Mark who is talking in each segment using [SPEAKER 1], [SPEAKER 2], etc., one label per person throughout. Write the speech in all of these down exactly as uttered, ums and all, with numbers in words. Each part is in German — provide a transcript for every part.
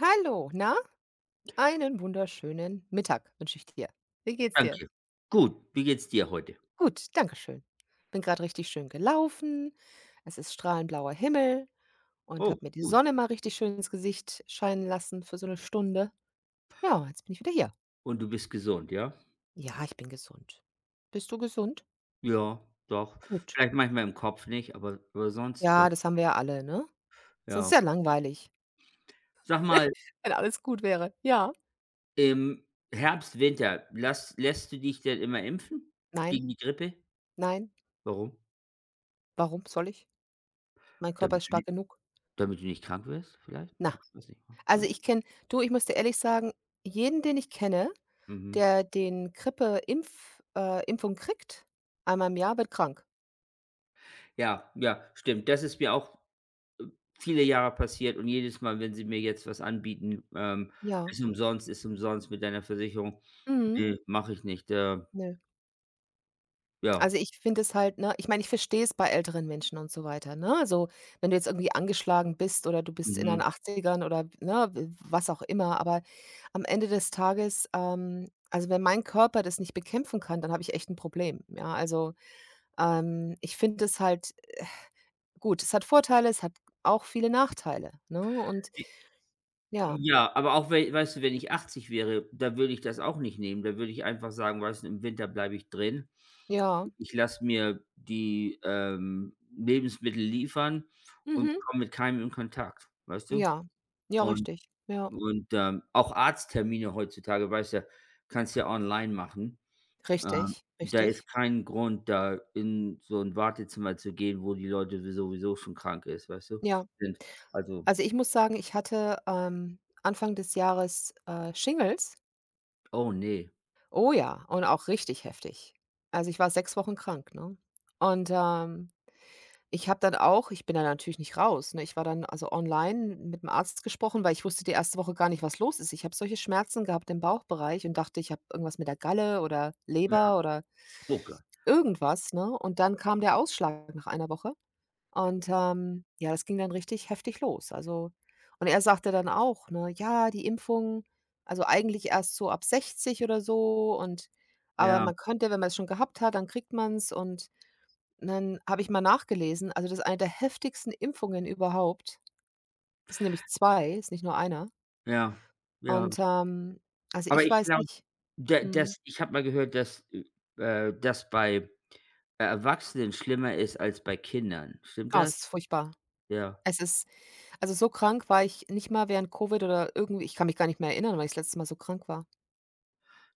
[SPEAKER 1] Hallo, na, einen wunderschönen Mittag wünsche ich dir. Wie geht's dir?
[SPEAKER 2] Danke. Gut, wie geht's dir heute?
[SPEAKER 1] Gut, danke schön. Bin gerade richtig schön gelaufen. Es ist strahlend blauer Himmel und
[SPEAKER 2] Oh,
[SPEAKER 1] habe mir die
[SPEAKER 2] gut.
[SPEAKER 1] Sonne mal richtig schön ins Gesicht scheinen lassen für so eine Stunde. Ja, jetzt bin ich wieder hier.
[SPEAKER 2] Und du bist gesund, ja?
[SPEAKER 1] Ja, ich bin gesund. Bist du gesund?
[SPEAKER 2] Ja, doch.
[SPEAKER 1] Gut.
[SPEAKER 2] Vielleicht manchmal im Kopf nicht, aber aber sonst doch,
[SPEAKER 1] Ja, das haben wir ja alle, ne? Sonst ist
[SPEAKER 2] ja.
[SPEAKER 1] ja langweilig,
[SPEAKER 2] Sag mal,
[SPEAKER 1] wenn alles gut wäre. Ja.
[SPEAKER 2] im Herbst, Winter, lass lässt du dich denn immer impfen
[SPEAKER 1] Nein,
[SPEAKER 2] gegen die Grippe?
[SPEAKER 1] nein.
[SPEAKER 2] Warum?
[SPEAKER 1] Warum soll ich? Mein Körper
[SPEAKER 2] Damit
[SPEAKER 1] ist
[SPEAKER 2] du ni
[SPEAKER 1] stark genug.
[SPEAKER 2] Damit du nicht krank wirst vielleicht?
[SPEAKER 1] Na.
[SPEAKER 2] Hm, ich weiß nicht,
[SPEAKER 1] Also,
[SPEAKER 2] ne?
[SPEAKER 1] ich kenne du, ich muss dir ehrlich sagen, jeden, den ich kenne,
[SPEAKER 2] Mhm.
[SPEAKER 1] der den Grippe-Impf äh, Impfung kriegt, einmal im Jahr, wird krank.
[SPEAKER 2] Ja, ja, stimmt. Das ist mir auch viele Jahre passiert und jedes Mal, wenn sie mir jetzt was anbieten, ähm:
[SPEAKER 1] Ja.
[SPEAKER 2] „Ist umsonst, ist umsonst mit deiner Versicherung.“
[SPEAKER 1] Mhm.
[SPEAKER 2] Ne, mache ich nicht, äh
[SPEAKER 1] Nö.
[SPEAKER 2] ja.
[SPEAKER 1] Also, ich finde es halt, ne, ich meine, ich verstehe es bei älteren Menschen und so weiter, ne? Also, wenn du jetzt irgendwie angeschlagen bist oder du bist in deinen
[SPEAKER 2] Mhm.
[SPEAKER 1] Achtzigern oder, ne, w was auch immer, aber am Ende des Tages, ähm also, wenn mein Körper das nicht bekämpfen kann, dann habe ich echt ein Problem, ja? Also, ähm, ich finde es halt. Gut, es hat Vorteile, es hat auch viele Nachteile, ne? Und
[SPEAKER 2] J
[SPEAKER 1] ja,
[SPEAKER 2] ja, aber auch wei weißt du, wenn ich achtzig wäre, da würde ich das auch nicht nehmen. Da würde ich einfach sagen: „Weißt du, im Winter bleibe ich drin.
[SPEAKER 1] ja,
[SPEAKER 2] Ich lasse mir die, ähm, Lebensmittel liefern und
[SPEAKER 1] mhm,
[SPEAKER 2] komme mit keinem in Kontakt“, weißt du?
[SPEAKER 1] ja, ja,
[SPEAKER 2] Und
[SPEAKER 1] richtig, ja,
[SPEAKER 2] und, ähm, Auch Arzttermine heutzutage, weißt ja, kannst ja online machen. Ähm,
[SPEAKER 1] richtig,
[SPEAKER 2] Da ist
[SPEAKER 1] richtig.
[SPEAKER 2] kein Grund, da in so 'n Wartezimmer zu gehen, wo die Leute sowieso schon krank ist, weißt du,
[SPEAKER 1] Ja,
[SPEAKER 2] sind. Also,
[SPEAKER 1] also, ich muss sagen, ich hatte, ähm, Anfang des Jahres, äh, Shingles.
[SPEAKER 2] oh ne.
[SPEAKER 1] Oh ja, und auch richtig heftig. Also, ich war sechs Wochen krank, ne? Und, ähm Ich habe dann auch ich bin da natürlich nicht raus, ne? Ich war dann also online mit 'm Arzt gesprochen, weil ich wusste die erste Woche gar nicht, was los ist. Ich habe solche Schmerzen gehabt im Bauchbereich und dachte, ich habe irgendwas mit der Galle oder
[SPEAKER 2] Ja.
[SPEAKER 1] Leber oder
[SPEAKER 2] Oh Gott.
[SPEAKER 1] irgendwas, ne? Und dann kam der Ausschlag nach einer Woche und, ähm, ja, das ging dann richtig heftig los. Also, und er sagte dann auch, ne: „Ja, die Impfung, also eigentlich erst so ab sechzig oder so und aber
[SPEAKER 2] Ja,
[SPEAKER 1] man könnte, wenn man's schon gehabt hat, dann kriegt man's und“ dann habe ich mal nachgelesen, also, das ist eine der heftigsten Impfungen überhaupt. Das sind nämlich zwei, ist nicht nur einer.
[SPEAKER 2] ja, ja.
[SPEAKER 1] Und, ähm, also,
[SPEAKER 2] Aber
[SPEAKER 1] ich
[SPEAKER 2] ich
[SPEAKER 1] weiß
[SPEAKER 2] glaube,
[SPEAKER 1] nicht.
[SPEAKER 2] da
[SPEAKER 1] Mhm.
[SPEAKER 2] das ich habe mal gehört, dass, äh das bei äh, Erwachsenen schlimmer ist als bei Kindern. Stimmt
[SPEAKER 1] Ah, es
[SPEAKER 2] das?
[SPEAKER 1] ist furchtbar.
[SPEAKER 2] Ja.
[SPEAKER 1] Es ist, also, so krank war ich nicht mal während Covid oder irgendwie, ich kann mich gar nicht mehr erinnern, weil ich das letzte Mal so krank war.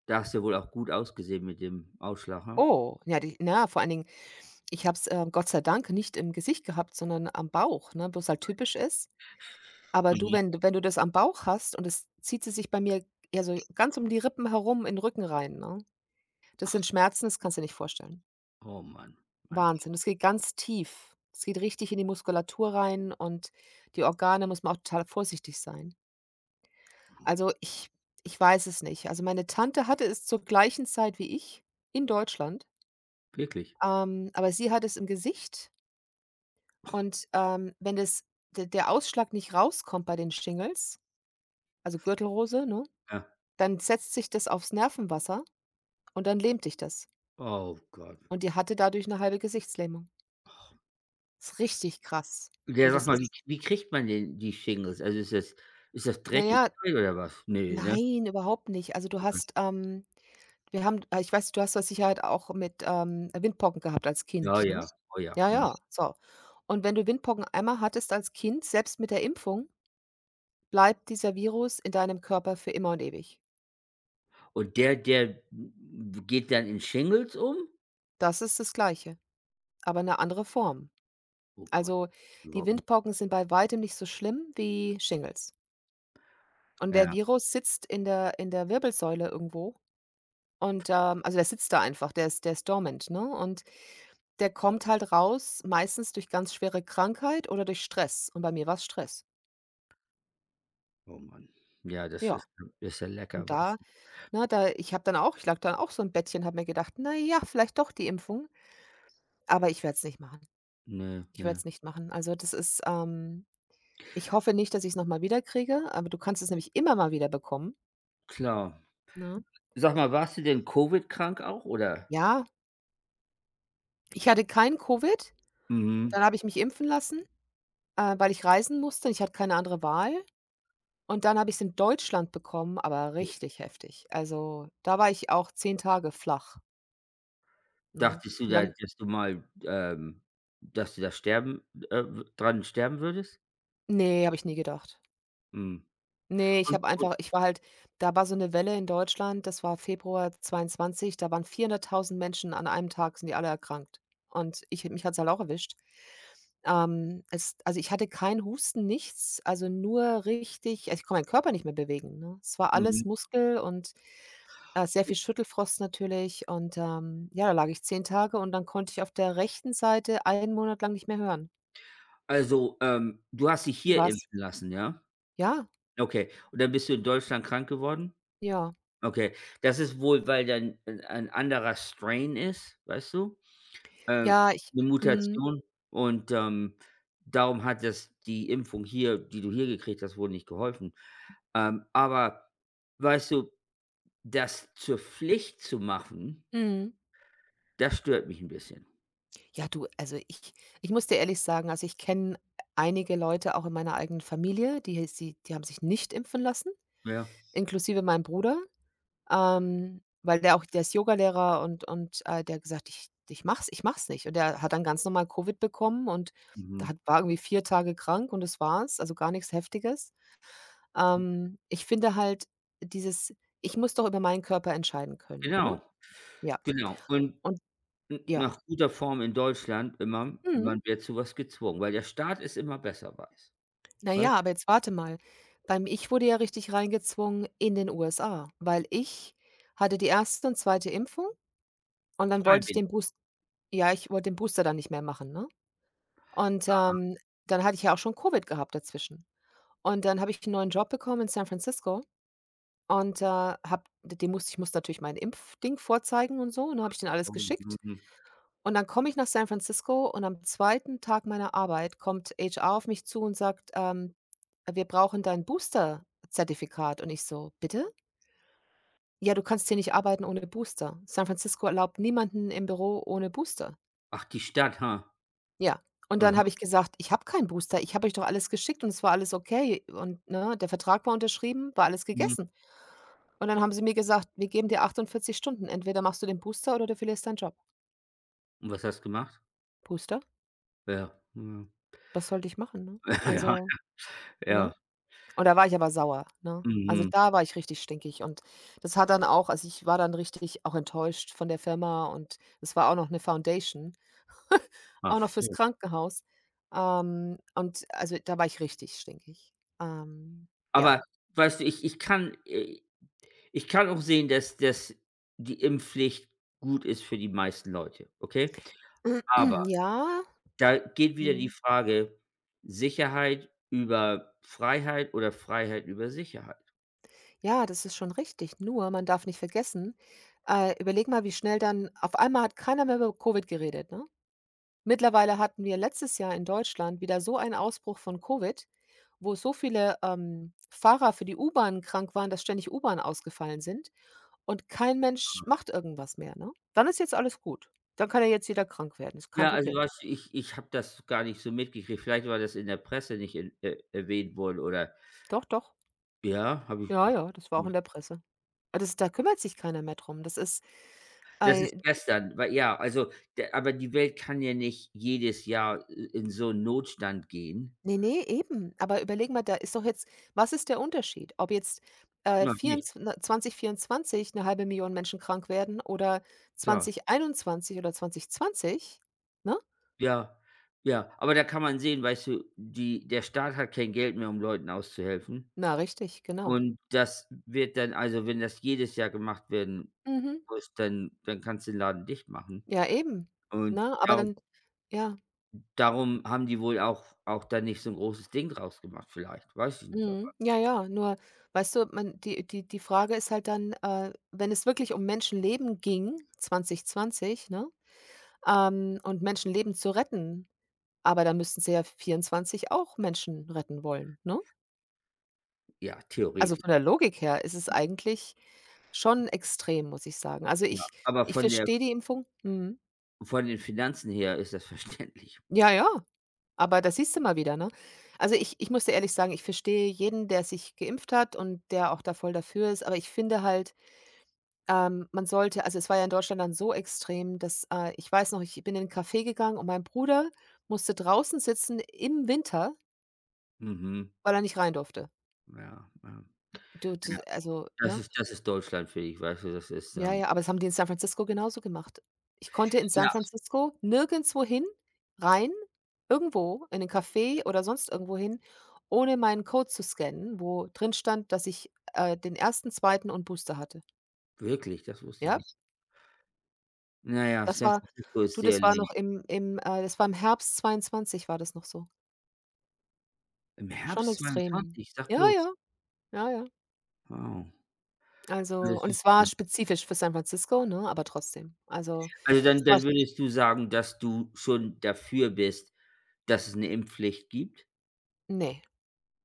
[SPEAKER 2] Da hast du ja wohl auch gut ausgesehen mit dem Ausschlag, ne?
[SPEAKER 1] Oh, ja, die na ja, vor allen Dingen, ich habe es, ähm, Gott sei Dank nicht im Gesicht gehabt, sondern am Bauch, ne, bloß halt typisch ist. Aber du,
[SPEAKER 2] Mhm.
[SPEAKER 1] wenn du wenn du das am Bauch hast und es zieht sie sich bei mir, ja, so ganz um die Rippen herum in 'n Rücken rein, ne? Das sind Schmerzen, das kannst du dir nicht vorstellen.
[SPEAKER 2] Oh Mann, Mann.
[SPEAKER 1] Wahnsinn, das geht ganz tief. Es geht richtig in die Muskulatur rein, und die Organe muss man auch total vorsichtig sein. Also, ich ich weiß es nicht. Also, meine Tante hatte es zur gleichen Zeit wie ich in Deutschland,
[SPEAKER 2] Wirklich?
[SPEAKER 1] ähm, aber sie hat es im Gesicht und, ähm, wenn das de der Ausschlag nicht rauskommt bei den Shingles, also Gürtelrose, ne,
[SPEAKER 2] Ja.
[SPEAKER 1] dann setzt sich das aufs Nervenwasser und dann lähmt dich das.
[SPEAKER 2] Oh Gott.
[SPEAKER 1] Und die hatte dadurch eine halbe Gesichtslähmung. Ist richtig krass. Du,
[SPEAKER 2] Ja,
[SPEAKER 1] das
[SPEAKER 2] sag mal,
[SPEAKER 1] ist.
[SPEAKER 2] wie wie kriegt man denn die Shingles? Also, ist das ist das
[SPEAKER 1] Na ja,
[SPEAKER 2] Dreckigkeit oder was? Ne, ne?
[SPEAKER 1] nein, überhaupt nicht. Also, du hast, ähm wir haben, äh, ich weiß, du hast das Sicherheit auch mit, ähm, Windpocken gehabt als
[SPEAKER 2] Ja,
[SPEAKER 1] Kind, ne?
[SPEAKER 2] ja. Oh ja.
[SPEAKER 1] Ja,
[SPEAKER 2] Mhm.
[SPEAKER 1] ja, so. Und wenn du Windpocken einmal hattest als Kind, selbst mit der Impfung, bleibt dieser Virus in deinem Körper für immer und ewig.
[SPEAKER 2] Und der der hm, geht dann in Shingles um?
[SPEAKER 1] Das ist das Gleiche, aber eine andere Form.
[SPEAKER 2] Oh Gott.
[SPEAKER 1] Also, die
[SPEAKER 2] Überhaupt nicht.
[SPEAKER 1] Windpocken sind bei weitem nicht so schlimm wie Shingles. Und der
[SPEAKER 2] Ja.
[SPEAKER 1] Virus sitzt in der in der Wirbelsäule irgendwo und, ähm also, der sitzt da einfach, der ist der ist dormant, ne? Und der kommt halt raus, meistens durch ganz schwere Krankheit oder durch Stress. Und bei mir war's Stress.
[SPEAKER 2] Oh Mann. Ja, das
[SPEAKER 1] Ja.
[SPEAKER 2] ist ist ja
[SPEAKER 1] Und
[SPEAKER 2] lecker,
[SPEAKER 1] da,
[SPEAKER 2] weißt du?
[SPEAKER 1] ne, da, ich habe dann auch ich lag dann auch so im Bettchen, habe mir gedacht: „Na ja, vielleicht doch die Impfung.“ Aber ich werde es nicht machen.
[SPEAKER 2] Ne,
[SPEAKER 1] Ich werde
[SPEAKER 2] ne.
[SPEAKER 1] es nicht machen. Also, das ist, ähm ich hoffe nicht, dass ich's noch mal wieder kriege, aber du kannst es nämlich immer mal wieder bekommen,
[SPEAKER 2] Klar.
[SPEAKER 1] ne?
[SPEAKER 2] Sag mal, warst du denn Covid krank auch, oder?
[SPEAKER 1] Ja, ich hatte kein Covid, dann
[SPEAKER 2] Mhm.
[SPEAKER 1] habe ich mich impfen lassen, äh, weil ich reisen musste. Ich hatte keine andere Wahl. Und dann habe ich es in Deutschland bekommen, aber richtig heftig. Also, da war ich auch zehn Tage flach, ne?
[SPEAKER 2] Dachtest du
[SPEAKER 1] Und
[SPEAKER 2] da,
[SPEAKER 1] dann,
[SPEAKER 2] dass du mal, ähm dass du da sterben äh, w dran sterben würdest?
[SPEAKER 1] ne, habe ich nie gedacht.
[SPEAKER 2] Mhm.
[SPEAKER 1] Ne, ich
[SPEAKER 2] Und
[SPEAKER 1] habe
[SPEAKER 2] und
[SPEAKER 1] einfach ich war halt, da war so eine Welle in Deutschland, das war Februar zweiundzwanzig. Da waren vierhunderttausend Menschen an einem Tag, sind die alle erkrankt. Und ich, mich hat's halt auch erwischt. Ähm, es also, ich hatte keinen Husten, nichts, also, nur richtig, also, ich konnte meinen Körper nicht mehr bewegen, ne? Es war alles
[SPEAKER 2] mhm.
[SPEAKER 1] Muskel und Äh, sehr viel Schüttelfrost natürlich und, ähm, ja, da lag ich zehn Tage und dann konnte ich auf der rechten Seite einen Monat lang nicht mehr hören.
[SPEAKER 2] Also, ähm, du hast dich
[SPEAKER 1] Wie
[SPEAKER 2] hier
[SPEAKER 1] war's?
[SPEAKER 2] impfen lassen, ja?
[SPEAKER 1] Ja,
[SPEAKER 2] Okay. Und dann bist du in Deutschland krank geworden?
[SPEAKER 1] ja.
[SPEAKER 2] Okay. Das ist wohl, weil dann 'n ein anderer Strain ist, weißt du? Äh,
[SPEAKER 1] Ja, ich.
[SPEAKER 2] 'ne
[SPEAKER 1] Mhm,
[SPEAKER 2] Mutation und, ähm, darum hat das die Impfung hier, die du hier gekriegt hast, wohl nicht geholfen. Ähm, aber weißt du, das zur Pflicht zu machen,
[SPEAKER 1] mhm.
[SPEAKER 2] das stört mich ein bisschen.
[SPEAKER 1] Ja, du, also, ich ich muss dir ehrlich sagen, also, ich kenne einige Leute auch in meiner eigenen Familie, die sie, die die haben sich nicht impfen lassen,
[SPEAKER 2] Ja.
[SPEAKER 1] inklusive meinem Bruder. Ähm, weil der auch, der ist Yogalehrer und und, äh, der hat gesagt: „Ich ich mach's ich mach's nicht.“ Und der hat dann ganz normal Covid bekommen und da
[SPEAKER 2] Mhm.
[SPEAKER 1] hat war irgendwie vier Tage krank und das war's, also gar nichts Heftiges. Ähm, ich finde halt dieses, ich muss doch über meinen Körper entscheiden können, ne?
[SPEAKER 2] Genau,
[SPEAKER 1] Ja.
[SPEAKER 2] genau. Und
[SPEAKER 1] Und
[SPEAKER 2] n
[SPEAKER 1] ja.
[SPEAKER 2] nach guter Form in Deutschland immer,
[SPEAKER 1] Mhm.
[SPEAKER 2] man wird zu was gezwungen, weil der Staat es immer besser weiß.
[SPEAKER 1] Na ja,
[SPEAKER 2] Weißt du,
[SPEAKER 1] aber jetzt warte mal. Beim ich wurde ja richtig reingezwungen in den u es a, weil ich hatte die erste und zweite Impfung und dann wollte ich
[SPEAKER 2] freiwillig.
[SPEAKER 1] den Boos ja, ich wollte den Booster dann nicht mehr machen, ne? Und, ähm, dann hatte ich ja auch schon Covid gehabt dazwischen. Und dann habe ich einen neuen Job bekommen in San Francisco und, äh, habe den, musste ich musste natürlich mein Impfding vorzeigen und so, und dann habe ich denen alles geschickt.
[SPEAKER 2] Mhm.
[SPEAKER 1] Und dann komme ich nach San Francisco und am zweiten Tag meiner Arbeit kommt ha er auf mich zu und sagt, ähm: „Wir brauchen dein Booster-Zertifikat.“ Und ich so: „Bitte?“ „Ja, du kannst hier nicht arbeiten ohne Booster. San Francisco erlaubt niemanden im Büro ohne Booster.“
[SPEAKER 2] Ach, die Stadt, ha.
[SPEAKER 1] Ja, und dann
[SPEAKER 2] Mhm,
[SPEAKER 1] habe ich gesagt: „Ich habe keinen Booster. Ich habe euch doch alles geschickt und es war alles okay.“ Und, ne, der Vertrag war unterschrieben, war alles
[SPEAKER 2] mhm.
[SPEAKER 1] gegessen. Und dann haben sie mir gesagt: „Wir geben dir achtundvierzig Stunden. Entweder machst du den Booster oder du verlierst deinen Job.“
[SPEAKER 2] Und was hast du gemacht?
[SPEAKER 1] Booster?
[SPEAKER 2] Ja, mhm.
[SPEAKER 1] Was sollte ich machen, ne?
[SPEAKER 2] Ja,
[SPEAKER 1] Also, ne?
[SPEAKER 2] ja.
[SPEAKER 1] Und da war ich aber sauer, ne? Also,
[SPEAKER 2] Mhm.
[SPEAKER 1] da war ich richtig stinkig und das hat dann auch, also, ich war dann richtig auch enttäuscht von der Firma und es war auch noch 'ne Foundation, auch noch
[SPEAKER 2] Ach
[SPEAKER 1] fürs
[SPEAKER 2] so.
[SPEAKER 1] Krankenhaus. Ähm, und also, da war ich richtig stinkig. Ähm, ja.
[SPEAKER 2] Aber weißt du, ich ich kann äh, ich kann auch sehen, dass dass die Impfpflicht gut ist für die meisten Leute, okay? Aber
[SPEAKER 1] Ja,
[SPEAKER 2] da geht wieder die
[SPEAKER 1] mhm.
[SPEAKER 2] Frage, Sicherheit über Freiheit oder Freiheit über Sicherheit.
[SPEAKER 1] Ja, das ist schon richtig. Nur man darf nicht vergessen, äh, überleg mal, wie schnell dann auf einmal hat keiner mehr über Covid geredet, ne? Mittlerweile hatten wir letztes Jahr in Deutschland wieder so einen Ausbruch von Covid, wo so viele, ähm, Fahrer für die U-Bahn krank waren, dass ständig U-Bahnen ausgefallen sind und kein Mensch macht irgendwas mehr, ne? Dann ist jetzt alles gut. Dann kann ja jetzt jeder krank werden, ist kein
[SPEAKER 2] Ja, also
[SPEAKER 1] Problem.
[SPEAKER 2] weißt du, ich ich habe das gar nicht so mitgekriegt. Vielleicht war das in der Presse nicht in äh, erwähnt worden oder
[SPEAKER 1] Doch, doch.
[SPEAKER 2] ja, habe ich
[SPEAKER 1] Ja, ja, das war auch in der Presse. Ah, das da kümmert sich keiner mehr drum. Das ist,
[SPEAKER 2] das ist
[SPEAKER 1] äh,
[SPEAKER 2] gestern, weil ja, also der aber die Welt kann ja nicht jedes Jahr in so 'n Notstand gehen.
[SPEAKER 1] Ne, ne, eben. Aber überlege mal, da ist doch jetzt, was ist der Unterschied, ob jetzt, äh,
[SPEAKER 2] Na,
[SPEAKER 1] vierundzw ne, zweitausendvierundzwanzig 'ne eine Million Menschen krank werden oder
[SPEAKER 2] klar,
[SPEAKER 1] zwanzig einundzwanzig oder zwanzig zwanzig, ne?
[SPEAKER 2] ja, ja. Aber da kann man sehen, weißt du, die der Staat hat kein Geld mehr, um Leuten auszuhelfen.
[SPEAKER 1] Na, richtig, genau.
[SPEAKER 2] Und das wird dann, also, wenn das jedes Jahr gemacht werden
[SPEAKER 1] Mhm.
[SPEAKER 2] muss, dann dann kannst du den Laden dicht machen.
[SPEAKER 1] Ja, eben,
[SPEAKER 2] Und
[SPEAKER 1] na, aber
[SPEAKER 2] darum
[SPEAKER 1] dann, ja,
[SPEAKER 2] darum haben die wohl auch auch da nicht so ein großes Ding draus gemacht vielleicht, weiß ich nicht, aber
[SPEAKER 1] mhm, ja, ja, nur, weißt du, man die die die Frage ist halt dann, äh, wenn es wirklich um Menschenleben ging, zwanzig zwanzig, ne, ähm, und Menschenleben zu retten. Aber dann müssten sie ja vierundzwanzig auch Menschen retten wollen, ne?
[SPEAKER 2] ja,
[SPEAKER 1] Also,
[SPEAKER 2] theoretisch,
[SPEAKER 1] von der Logik her ist es eigentlich schon extrem, muss ich sagen. Also,
[SPEAKER 2] ja.
[SPEAKER 1] ich
[SPEAKER 2] Aber
[SPEAKER 1] ich
[SPEAKER 2] von der
[SPEAKER 1] verstehe die Impfung. Mhm.
[SPEAKER 2] von den Finanzen her ist das verständlich.
[SPEAKER 1] Ja, ja, aber da siehst du mal wieder, ne? Also, ich ich muss dir ehrlich sagen, ich verstehe jeden, der sich geimpft hat und der auch da voll dafür ist, aber ich finde halt, ähm, man sollte, also, es war ja in Deutschland dann so extrem, dass, äh ich weiß noch, ich bin in 'n Café gegangen und mein Bruder musste draußen sitzen im Winter,
[SPEAKER 2] Mhm,
[SPEAKER 1] weil er nicht rein durfte.
[SPEAKER 2] ja, ja.
[SPEAKER 1] Du, d
[SPEAKER 2] Ja,
[SPEAKER 1] also,
[SPEAKER 2] das
[SPEAKER 1] ne?
[SPEAKER 2] ist das ist Deutschland für dich, weißt du, das ist,
[SPEAKER 1] Ja,
[SPEAKER 2] ähm
[SPEAKER 1] ja, aber das haben die in San Francisco genauso gemacht. Ich konnte in
[SPEAKER 2] ja,
[SPEAKER 1] San Francisco nirgendwo hin rein, irgendwo in 'nen Café oder sonst irgendwo hin, ohne meinen Code zu scannen, wo drin stand, dass ich, äh, den ersten, zweiten und Booster hatte.
[SPEAKER 2] wirklich, das wusste ich
[SPEAKER 1] Ja,
[SPEAKER 2] nicht. Ja, ja,
[SPEAKER 1] das
[SPEAKER 2] San
[SPEAKER 1] war,
[SPEAKER 2] Francisco ist
[SPEAKER 1] du, das
[SPEAKER 2] sehr
[SPEAKER 1] war
[SPEAKER 2] leer.
[SPEAKER 1] noch im im, äh das war im Herbst zweiundzwanzig, war das noch so.
[SPEAKER 2] Im
[SPEAKER 1] Schon
[SPEAKER 2] Herbst
[SPEAKER 1] extrem.
[SPEAKER 2] zweiundzwanzig, sag
[SPEAKER 1] Ja,
[SPEAKER 2] bloß.
[SPEAKER 1] ja, ja, ja.
[SPEAKER 2] Wow. Also,
[SPEAKER 1] Also,
[SPEAKER 2] das
[SPEAKER 1] und
[SPEAKER 2] ist
[SPEAKER 1] es war
[SPEAKER 2] viel.
[SPEAKER 1] spezifisch für San Francisco, ne, aber trotzdem. Also,
[SPEAKER 2] Also,
[SPEAKER 1] es
[SPEAKER 2] dann
[SPEAKER 1] war
[SPEAKER 2] dann
[SPEAKER 1] sch
[SPEAKER 2] würdest du sagen, dass du schon dafür bist, dass es eine Impfpflicht gibt?
[SPEAKER 1] ne.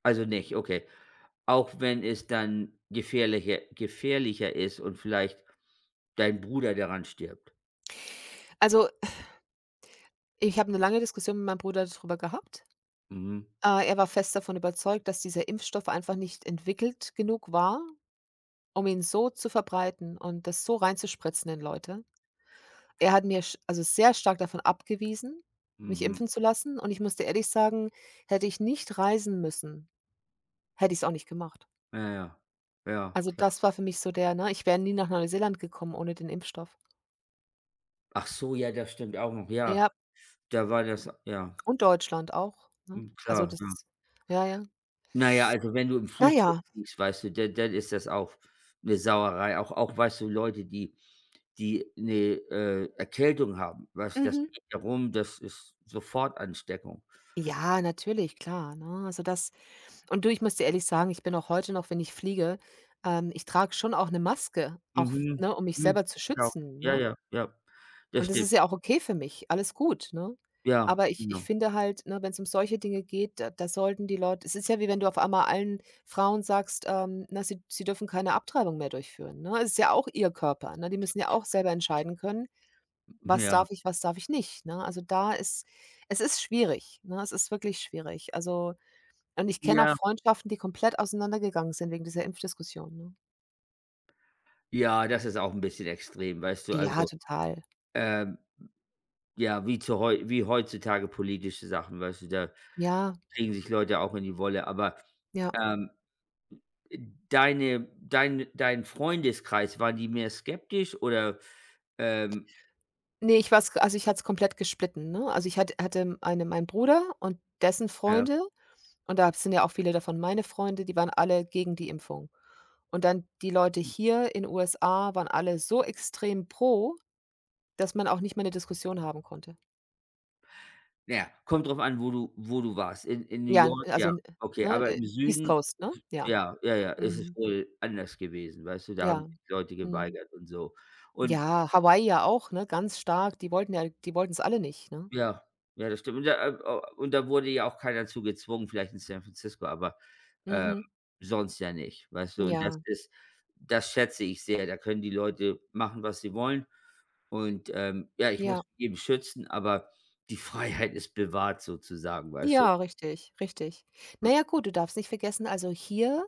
[SPEAKER 2] Also, nicht, okay. Auch wenn es dann gefährlicher gefährlicher ist und vielleicht dein Bruder daran stirbt.
[SPEAKER 1] Also, ich habe 'ne lange Diskussion mit meinem Bruder darüber gehabt.
[SPEAKER 2] Mhm,
[SPEAKER 1] Äh, er war fest davon überzeugt, dass dieser Impfstoff einfach nicht entwickelt genug war, um ihn so zu verbreiten und das so reinzuspritzen in Leute. Er hat mir, sch also sehr stark davon abgewiesen, mich
[SPEAKER 2] mhm.
[SPEAKER 1] impfen zu lassen und ich musste ehrlich sagen, hätte ich nicht reisen müssen, hätte ich's auch nicht gemacht.
[SPEAKER 2] Ja, ja. Ja,
[SPEAKER 1] Also,
[SPEAKER 2] klar.
[SPEAKER 1] das war für mich so, der ne, ich wäre nie nach Neuseeland gekommen ohne den Impfstoff.
[SPEAKER 2] Ach so, ja, das stimmt auch noch. Ja,
[SPEAKER 1] Ja,
[SPEAKER 2] da war das ja.
[SPEAKER 1] und Deutschland auch, ne?
[SPEAKER 2] Hm,
[SPEAKER 1] Also,
[SPEAKER 2] klar, ja.
[SPEAKER 1] das, ja, ja.
[SPEAKER 2] Na ja, also, wenn du im
[SPEAKER 1] Na
[SPEAKER 2] Flugzeug
[SPEAKER 1] ja.
[SPEAKER 2] fliegst, weißt du, dann dann ist das auch eine Sauerei. Auch auch, weißt du, Leute, die die eine äh, Erkältung haben, weißt du, das
[SPEAKER 1] Mhm.
[SPEAKER 2] geht ja das ist sofort Ansteckung.
[SPEAKER 1] Ja, natürlich, klar, ne? Also, das. Und du, ich muss dir ehrlich sagen, ich bin auch heute noch, wenn ich fliege, ähm, ich trage schon auch eine Maske, auch,
[SPEAKER 2] Mhm.
[SPEAKER 1] ne, um mich
[SPEAKER 2] Mhm.
[SPEAKER 1] selber zu
[SPEAKER 2] Genau.
[SPEAKER 1] schützen,
[SPEAKER 2] Ja,
[SPEAKER 1] ne?
[SPEAKER 2] ja, ja. Das
[SPEAKER 1] Und das
[SPEAKER 2] stimmt.
[SPEAKER 1] ist ja auch okay für mich, alles gut, ne?
[SPEAKER 2] Ja,
[SPEAKER 1] Aber ich ich
[SPEAKER 2] genau.
[SPEAKER 1] finde halt, ne, wenn es um solche Dinge geht, da da sollten die Leute, es ist ja wie, wenn du auf einmal allen Frauen sagst, ähm, na, sie sie dürfen keine Abtreibung mehr durchführen, ne? Es ist ja auch ihr Körper, ne? Die müssen ja auch selber entscheiden können: „Was
[SPEAKER 2] Ja.
[SPEAKER 1] darf ich, was darf ich nicht“, ne? Also, da ist es ist schwierig, ne? Es ist wirklich schwierig. Also und ich kenne auch
[SPEAKER 2] Ja.
[SPEAKER 1] Freundschaften, die komplett auseinandergegangen sind wegen dieser Impfdiskussion, ne?
[SPEAKER 2] Ja, das ist auch ein bisschen extrem, weißt du?
[SPEAKER 1] Ja,
[SPEAKER 2] Also,
[SPEAKER 1] total.
[SPEAKER 2] ähm, ja, wie zu heu wie heutzutage politische Sachen, weißt du, da
[SPEAKER 1] Ja,
[SPEAKER 2] kriegen sich Leute auch in die Wolle, aber,
[SPEAKER 1] ja.
[SPEAKER 2] ähm deine dein dein Freundeskreis, waren die mehr skeptisch oder, ähm
[SPEAKER 1] Ne, ich war's, also, ich hatte es komplett gesplitten, ne? Also, ich hatte hatte eine meinen Bruder und dessen
[SPEAKER 2] ja,
[SPEAKER 1] Freunde und da sind ja auch viele davon meine Freunde, die waren alle gegen die Impfung. Und dann die Leute hier in u es a waren alle so extrem pro, dass man auch nicht mal 'ne Diskussion haben konnte.
[SPEAKER 2] na ja, kommt drauf an, wo du wo du warst. In in New
[SPEAKER 1] Ja,
[SPEAKER 2] York,
[SPEAKER 1] also,
[SPEAKER 2] ja, okay,
[SPEAKER 1] ne,
[SPEAKER 2] aber
[SPEAKER 1] äh,
[SPEAKER 2] im
[SPEAKER 1] East
[SPEAKER 2] Süden,
[SPEAKER 1] Coast, ne? Ja.
[SPEAKER 2] ja, ja, ja, ist es
[SPEAKER 1] Mhm.
[SPEAKER 2] wohl anders gewesen, weißt du? Da haben
[SPEAKER 1] Ja.
[SPEAKER 2] sich die Leute
[SPEAKER 1] Mhm.
[SPEAKER 2] geweigert und so. Und
[SPEAKER 1] Ja, Hawaii ja auch, ne, ganz stark. Die wollten ja, die wollten es alle nicht, ne?
[SPEAKER 2] ja, ja, das stimmt. Und da, äh, au und da wurde ja auch keiner zu gezwungen, vielleicht in San Francisco, aber, ähm,
[SPEAKER 1] Mhm.
[SPEAKER 2] sonst ja nicht, weißt du? Und das
[SPEAKER 1] Ja,
[SPEAKER 2] ist das schätze ich sehr. Da können die Leute machen, was sie wollen. Und, ähm, ja, ich muss
[SPEAKER 1] ja,
[SPEAKER 2] jeden schützen, aber die Freiheit ist bewahrt sozusagen, weißt du?
[SPEAKER 1] ja, richtig, richtig. Na ja, gut, du darfst nicht vergessen, also hier,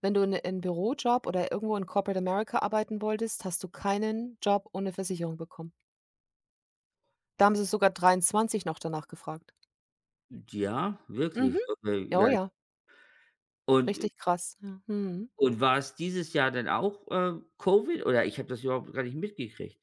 [SPEAKER 1] wenn du in 'n Bürojob oder irgendwo in Corporate America arbeiten wolltest, hast du keinen Job ohne Versicherung bekommen. Da haben sie sogar dreiundzwanzig noch danach gefragt.
[SPEAKER 2] Ja, wirklich.
[SPEAKER 1] Mhm.
[SPEAKER 2] Okay,
[SPEAKER 1] Ja, oh
[SPEAKER 2] ja.
[SPEAKER 1] ja,
[SPEAKER 2] Und
[SPEAKER 1] richtig krass. Ja. Mhm.
[SPEAKER 2] und war es dieses Jahr dann auch, äh, Covid oder ich habe das überhaupt gar nicht mitgekriegt?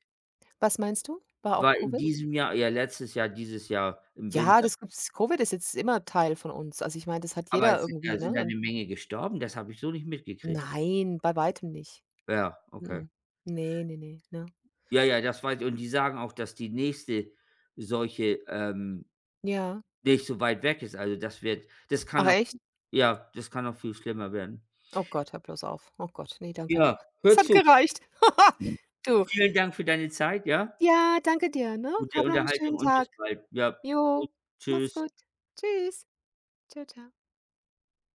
[SPEAKER 1] Was meinst du? War auch
[SPEAKER 2] War in
[SPEAKER 1] Covid?
[SPEAKER 2] diesem Jahr, ja, letztes Jahr, dieses Jahr im
[SPEAKER 1] Ja,
[SPEAKER 2] Winter.
[SPEAKER 1] das gibt's Covid ist jetzt immer Teil von uns. Also, ich meine, das hat
[SPEAKER 2] Aber
[SPEAKER 1] jeder
[SPEAKER 2] es sind
[SPEAKER 1] irgendwie,
[SPEAKER 2] ja
[SPEAKER 1] ne?
[SPEAKER 2] sind ja 'ne
[SPEAKER 1] Und
[SPEAKER 2] Menge gestorben, das habe ich so nicht mitgekriegt.
[SPEAKER 1] nein, bei weitem nicht.
[SPEAKER 2] Ja, okay.
[SPEAKER 1] Mhm. Ne, ne, ne, ne?
[SPEAKER 2] Ja, ja, das weiß ich und die sagen auch, dass die nächste solche, ähm
[SPEAKER 1] Ja.
[SPEAKER 2] nicht so weit weg ist. Also, das wird das kann
[SPEAKER 1] Ach
[SPEAKER 2] noch,
[SPEAKER 1] echt?
[SPEAKER 2] ja, das kann noch viel schlimmer werden.
[SPEAKER 1] Oh Gott, hör bloß auf. Oh Gott, ne, danke.
[SPEAKER 2] Ja, hör
[SPEAKER 1] Es hat
[SPEAKER 2] zu.
[SPEAKER 1] gereicht. Du.
[SPEAKER 2] Vielen Dank für deine Zeit, ja?
[SPEAKER 1] Ja, danke dir, ne?
[SPEAKER 2] Gute
[SPEAKER 1] Hab noch 'n schönen
[SPEAKER 2] Unterhaltung und bis
[SPEAKER 1] Tag.
[SPEAKER 2] bald. Ja.
[SPEAKER 1] Jo, mach's
[SPEAKER 2] Tschüss.
[SPEAKER 1] gut. Tschüss. Tschau, tschau.